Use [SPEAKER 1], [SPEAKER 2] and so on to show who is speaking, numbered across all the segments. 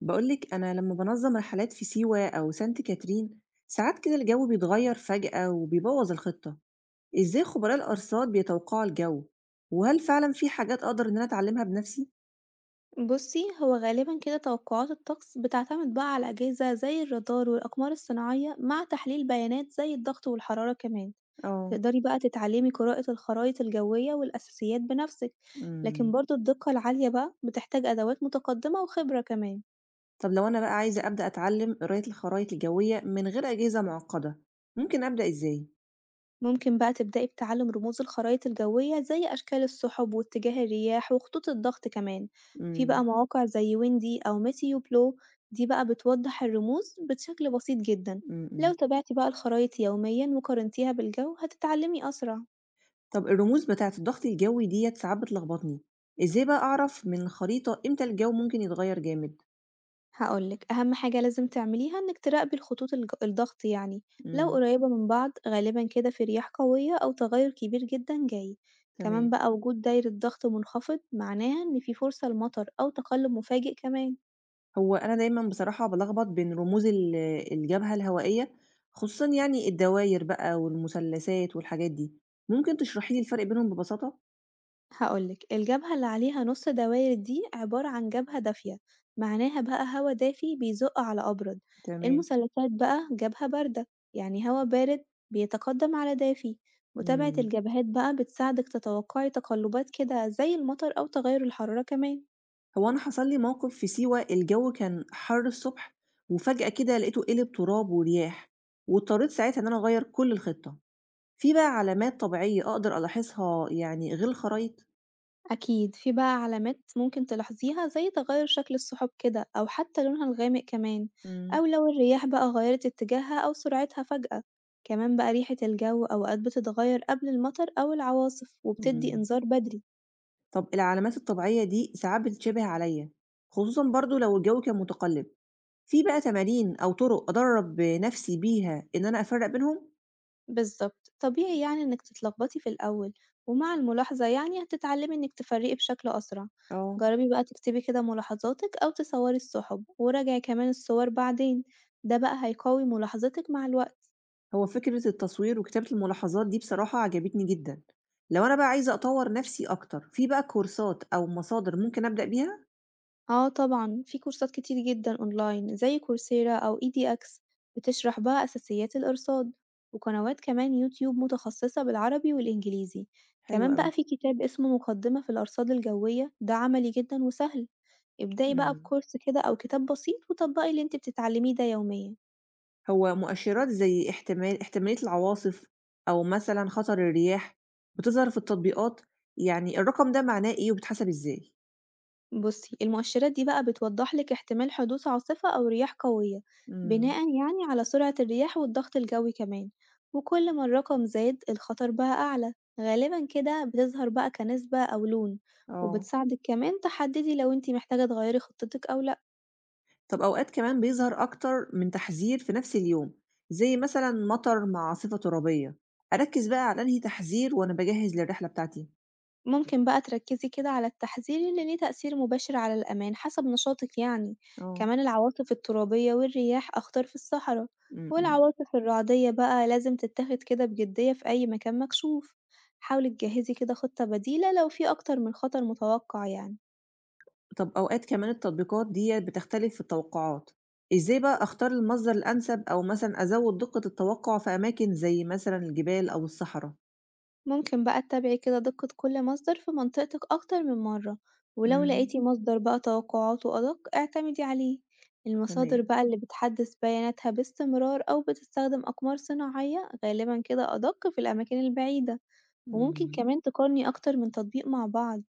[SPEAKER 1] بقولك أنا لما بنظم رحلات في سيوة أو سانت كاترين، ساعات كده الجو بيتغير فجأة وبيبوظ الخطة. إزاي خبراء الأرصاد بيتوقعوا الجو؟ وهل فعلا في حاجات أقدر إن أنا أتعلمها بنفسي؟
[SPEAKER 2] بُصّي، هو غالبًا كده توقعات الطقس بتعتمد بقى على أجهزة زي الرادار والأقمار الصناعية مع تحليل بيانات زي الضغط والحرارة كمان،
[SPEAKER 1] آه.
[SPEAKER 2] تقدري بقى تتعلمي قراءة الخرايط الجوية والأساسيات بنفسِك، لكن
[SPEAKER 1] أمم.
[SPEAKER 2] برضه الدقة العالية بقى بتحتاج أدوات متقدمة وخبرة كمان.
[SPEAKER 1] طب لو أنا بقى عايزة أبدأ أتعلم قراية الخرائط الجوية من غير أجهزة معقدة، ممكن أبدأ إزاي؟
[SPEAKER 2] ممكن بقى تبدأي بتعلم رموز الخرايط الجوية زي أشكال السحب واتجاه الرياح وخطوط الضغط كمان. في بقى
[SPEAKER 1] أمم.
[SPEAKER 2] مواقع زي ويندي أو ميسيو بلو، دي بقى بتوضح الرموز بشكل بسيط جدا. لو
[SPEAKER 1] أمم.
[SPEAKER 2] تابعتي بقى الخرايط يوميا وقارنتيها بالجو هتتعلمي أسرع.
[SPEAKER 1] طب الرموز بتاعة الضغط الجوي ديت ساعات بتلخبطني، إزاي بقى أعرف من الخريطة إمتى الجو ممكن يتغير جامد؟
[SPEAKER 2] هاقول لِك، أهم حاجة لازم تعمليها إنِّك تراقبي الخطوط الضغط يعني، لو
[SPEAKER 1] أمم.
[SPEAKER 2] قريبة من بعض غالبًا كده في رياح قوية أو تغيُّر كبير جدًا جاي، كمان
[SPEAKER 1] تمام.
[SPEAKER 2] بقى وجود دايرة ضغط منخفض معناها إن في فرصة لمطر أو تقلُّب مفاجئ كمان.
[SPEAKER 1] هو أنا دايمًا بصراحة بالخبط بين رموز الجبهة الهوائية، خصوصًا يعني الدواير بقى والمثلثات والحاجات دي، ممكن تشرحي لي الفرق بينهم ببساطة؟
[SPEAKER 2] هاقول لِك، الجبهة اللي عليها نُص دواير دي عبارة عن جبهة دافية، معناها بقى هوا دافي بيزُق على أبرد،
[SPEAKER 1] تمام.
[SPEAKER 2] المثلثات بقى جبهة باردة، يعني هوا بارد بيتقدم على دافي، متابعة
[SPEAKER 1] إمم.
[SPEAKER 2] الجبهات بقى بتساعدِك تتوقعي تقلبات كده زي المطر أو تغير الحرارة كمان.
[SPEAKER 1] هو أنا حصل لي موقف في سيوة، الجو كان حَر الصبح، وفجأة كده لقيته قِلب تراب ورياح، واضطريت ساعتها إن أنا أغيّر كل الخطة. في بقى علامات طبيعية أقدر ألاحظها يعني غير الخرايط؟
[SPEAKER 2] أكيد في بقى علامات ممكن تلاحظيها زي تغير شكل السحب كده أو حتى لونها الغامق كمان،
[SPEAKER 1] إمم.
[SPEAKER 2] أو لو الرياح بقى غيرت اتجاهها أو سرعتها فجأة. كمان بقى ريحة الجو أوقات بتتغير قبل المطر أو العواصف وبتدي
[SPEAKER 1] إمم.
[SPEAKER 2] إنذار بدري.
[SPEAKER 1] طب العلامات الطبيعية دي ساعات بتتشبه عليَّ، خصوصًا برضه لو الجو كان متقلب. في بقى تمارين أو طُرق أدرّب نَفْسي بيها إن أنا أفرّق بينهم؟
[SPEAKER 2] بالظبط طبيعي يعني إنك تتلخبطي في الأول، ومع الملاحظة يعني هتتعلمي إنك تفرقي بشكل أسرع.
[SPEAKER 1] آه.
[SPEAKER 2] جربي بقى تكتبي كده ملاحظاتك أو تصوري السحب وراجعي كمان الصور بعدين، ده بقى هيقوي ملاحظتك مع الوقت.
[SPEAKER 1] هو فكرة التصوير وكتابة الملاحظات دي بصراحة عجبتني جدًا. لو أنا بقى عايزة أطوّر نَفْسي أكتر، في بقى كورسات أو مصادر ممكن أبدأ بيها؟
[SPEAKER 2] آه طبعًا، في كورسات كتير جدًا أونلاين زي كورسيرا أو EDX بتشرح بقى أساسيات الإرصاد، وقنوات كمان يوتيوب متخصصة بالعربي والإنجليزي،
[SPEAKER 1] حلو
[SPEAKER 2] كمان
[SPEAKER 1] أوي.
[SPEAKER 2] بقى في كتاب اسمه مقدمة في الأرصاد الجوية ده عملي جدًا وسهل، ابدئي بقى
[SPEAKER 1] إمم.
[SPEAKER 2] بكورس كده أو كتاب بسيط وطبقي اللي انتِ بتتعلميه ده يوميًا.
[SPEAKER 1] هو مؤشرات زي احتمالية العواصف أو مثلًا خطر الرياح بتظهر في التطبيقات، يعني الرقم ده معناه إيه وبيتحسب إزاي؟
[SPEAKER 2] بُصّي، المؤشرات دي بقى بتوضح لِك احتمال حدوث عاصفة أو رياح قوية، بناءً
[SPEAKER 1] إمم.
[SPEAKER 2] يعني على سرعة الرياح والضغط الجوي كمان، وكل ما الرقم زاد الخطر بقى أعلى، غالبًا كده بتظهر بقى كنسبة أو لون،
[SPEAKER 1] آه.
[SPEAKER 2] وبتساعدِك كمان تحددي لو أنتِ محتاجة تغيّري خطتِك أو لأ.
[SPEAKER 1] طب أوقات كمان بيظهر أكتر من تحذير في نفس اليوم، زي مثلًا مطر مع عاصفة ترابية، أركّز بقى على أنهي تحذير وأنا باجهّز للرحلة بتاعتي؟
[SPEAKER 2] ممكن بقى تركزي كده على التحذير اللي ليه تأثير مباشر على الأمان حسب نشاطك يعني،
[SPEAKER 1] اه.
[SPEAKER 2] كمان العواصف الترابية والرياح أخطر في الصحراء،
[SPEAKER 1] امم. امم.
[SPEAKER 2] والعواصف الرعدية بقى لازم تتاخد كده بجدية في أي مكان مكشوف، حاولي تجهزي كده خطة بديلة لو في أكتر من خطر متوقع يعني.
[SPEAKER 1] طب أوقات كمان التطبيقات ديّة بتختلف في التوقعات، إزاي بقى أختار المصدر الأنسب أو مثلًا أزوّد دقة التوقع في أماكن زي مثلًا الجبال أو الصحرا؟
[SPEAKER 2] ممكن بقى تتابعي كده دقة كل مصدر في منطقتك أكتر من مرة، ولو
[SPEAKER 1] امم.
[SPEAKER 2] لقيتي مصدر بقى توقعاته أدق اعتمدي عليه، المصادر
[SPEAKER 1] تمام.
[SPEAKER 2] بقى اللي بتحدث بياناتها باستمرار أو بتستخدم أقمار صناعية غالبا كده أدق في الأماكن البعيدة، وممكن
[SPEAKER 1] امم.
[SPEAKER 2] كمان تقارني أكتر من تطبيق مع بعض.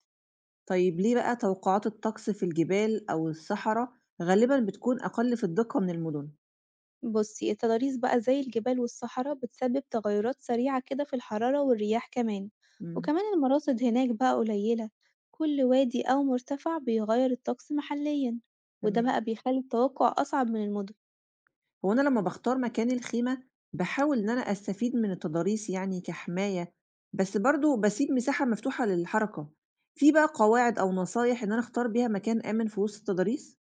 [SPEAKER 1] طيب ليه بقى توقعات الطقس في الجبال أو الصحرا غالبًا بتكون أقل في الدقة من المدن؟
[SPEAKER 2] بُصّي، التضاريس بقى زي الجبال والصحرا بتسبب تغيرات سريعة كده في الحرارة والرياح كمان،
[SPEAKER 1] امم.
[SPEAKER 2] وكمان المراصد هناك بقى قليلة، كل وادي أو مرتفع بيغير الطقس محليًا، وده بقى
[SPEAKER 1] تمام.
[SPEAKER 2] بيخلي التوقع أصعب من المدن.
[SPEAKER 1] هو أنا لمّا باختار مكان الخيمة، باحاول إن أنا أستفيد من التضاريس يعني كحماية، بس برضه باسيب مساحة مفتوحة للحركة. في بقى قواعد أو نصايح إن أنا أختار بيها مكان آمن في وسط التضاريس؟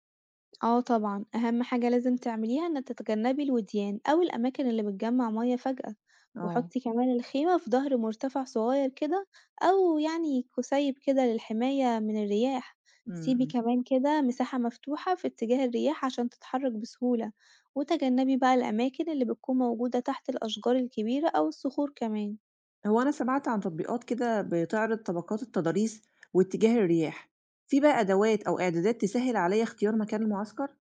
[SPEAKER 2] آه طبعًا، أهم حاجة لازم تعمليها إنِّك تتجنبي الوديان أو الأماكن اللي بتجمّع مَيّة فجأة،
[SPEAKER 1] آه.
[SPEAKER 2] وحُطّي كمان الخيمة في ضهر مرتفع صغير كده أو يعني كُسيب كده للحماية من الرياح،
[SPEAKER 1] إمم.
[SPEAKER 2] سيبي
[SPEAKER 1] إمم.
[SPEAKER 2] كمان كده مساحة مفتوحة في اتجاه الرياح عشان تتحرك بسهولة، وتجنبي بقى الأماكن اللي بتكون موجودة تحت الأشجار الكبيرة أو الصخور كمان.
[SPEAKER 1] هو أنا سمعت عن تطبيقات كده بتعرض طبقات التضاريس واتجاه الرياح، في بقى أدوات أو إعدادات تسهِّل عليَّ اختيار مكان المعسكر؟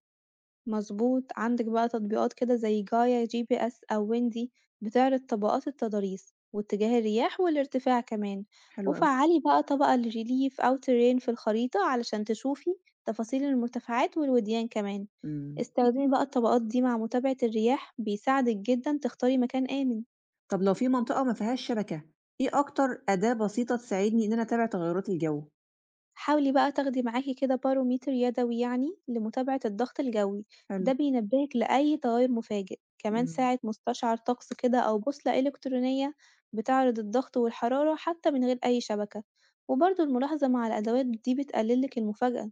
[SPEAKER 2] مضبوط، عندك بقى تطبيقات كده زي جايا GPS أو ويندي بتعرض طبقات التضاريس واتجاه الرياح والارتفاع كمان،
[SPEAKER 1] حلو أوي.
[SPEAKER 2] وفعلي بقى طبقة لريليف أو ترين في الخريطة علشان تشوفي تفاصيل المرتفعات والوديان كمان،
[SPEAKER 1] إمم.
[SPEAKER 2] استخدمي بقى الطبقات دي مع متابعة الرياح بيساعدك جدا تختاري مكان آمن.
[SPEAKER 1] طب لو في منطقة ما فيهاش شبكة، إيه أكتر أداة بسيطة تساعدني إن أنا أتابع تغيرات الجو؟
[SPEAKER 2] حاولي بقى تاخدي معاكِ كده باروميتر يدوي يعني لمتابعة الضغط الجوي، ده
[SPEAKER 1] حلو.
[SPEAKER 2] بينبهِك لأي تغيُّر مفاجئ، كمان
[SPEAKER 1] إمم.
[SPEAKER 2] ساعة مستشعر طقس كده أو بوصلة إلكترونية بتعرض الضغط والحرارة حتى من غير أي شبكة، وبرضه الملاحظة مع الأدوات دي بتقلل لِك المفاجأة.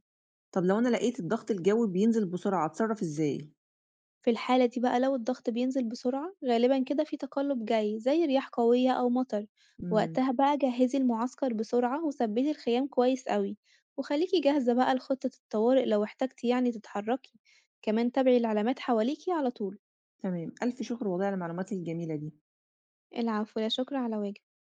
[SPEAKER 1] طب لو أنا لقيت الضغط الجوي بينزل بسرعة أتصرف إزاي؟
[SPEAKER 2] في الحالة دي بقى لو الضغط بينزل بسرعة غالبًا كده في تقلُّب جاي زي رياح قوية أو مطر،
[SPEAKER 1] امم.
[SPEAKER 2] وقتها بقى جهّزي المعسكر بسرعة وثبّتي الخيام كويس أوي، وخليكِ جاهزة بقى لخطة الطوارئ لو احتجتِ يعني تتحرّكي، كمان تابعي العلامات حواليكِ على طول.
[SPEAKER 1] تمام، ألف شكر والله على المعلومات الجميلة دي.
[SPEAKER 2] العفو، لا شكر على واجب.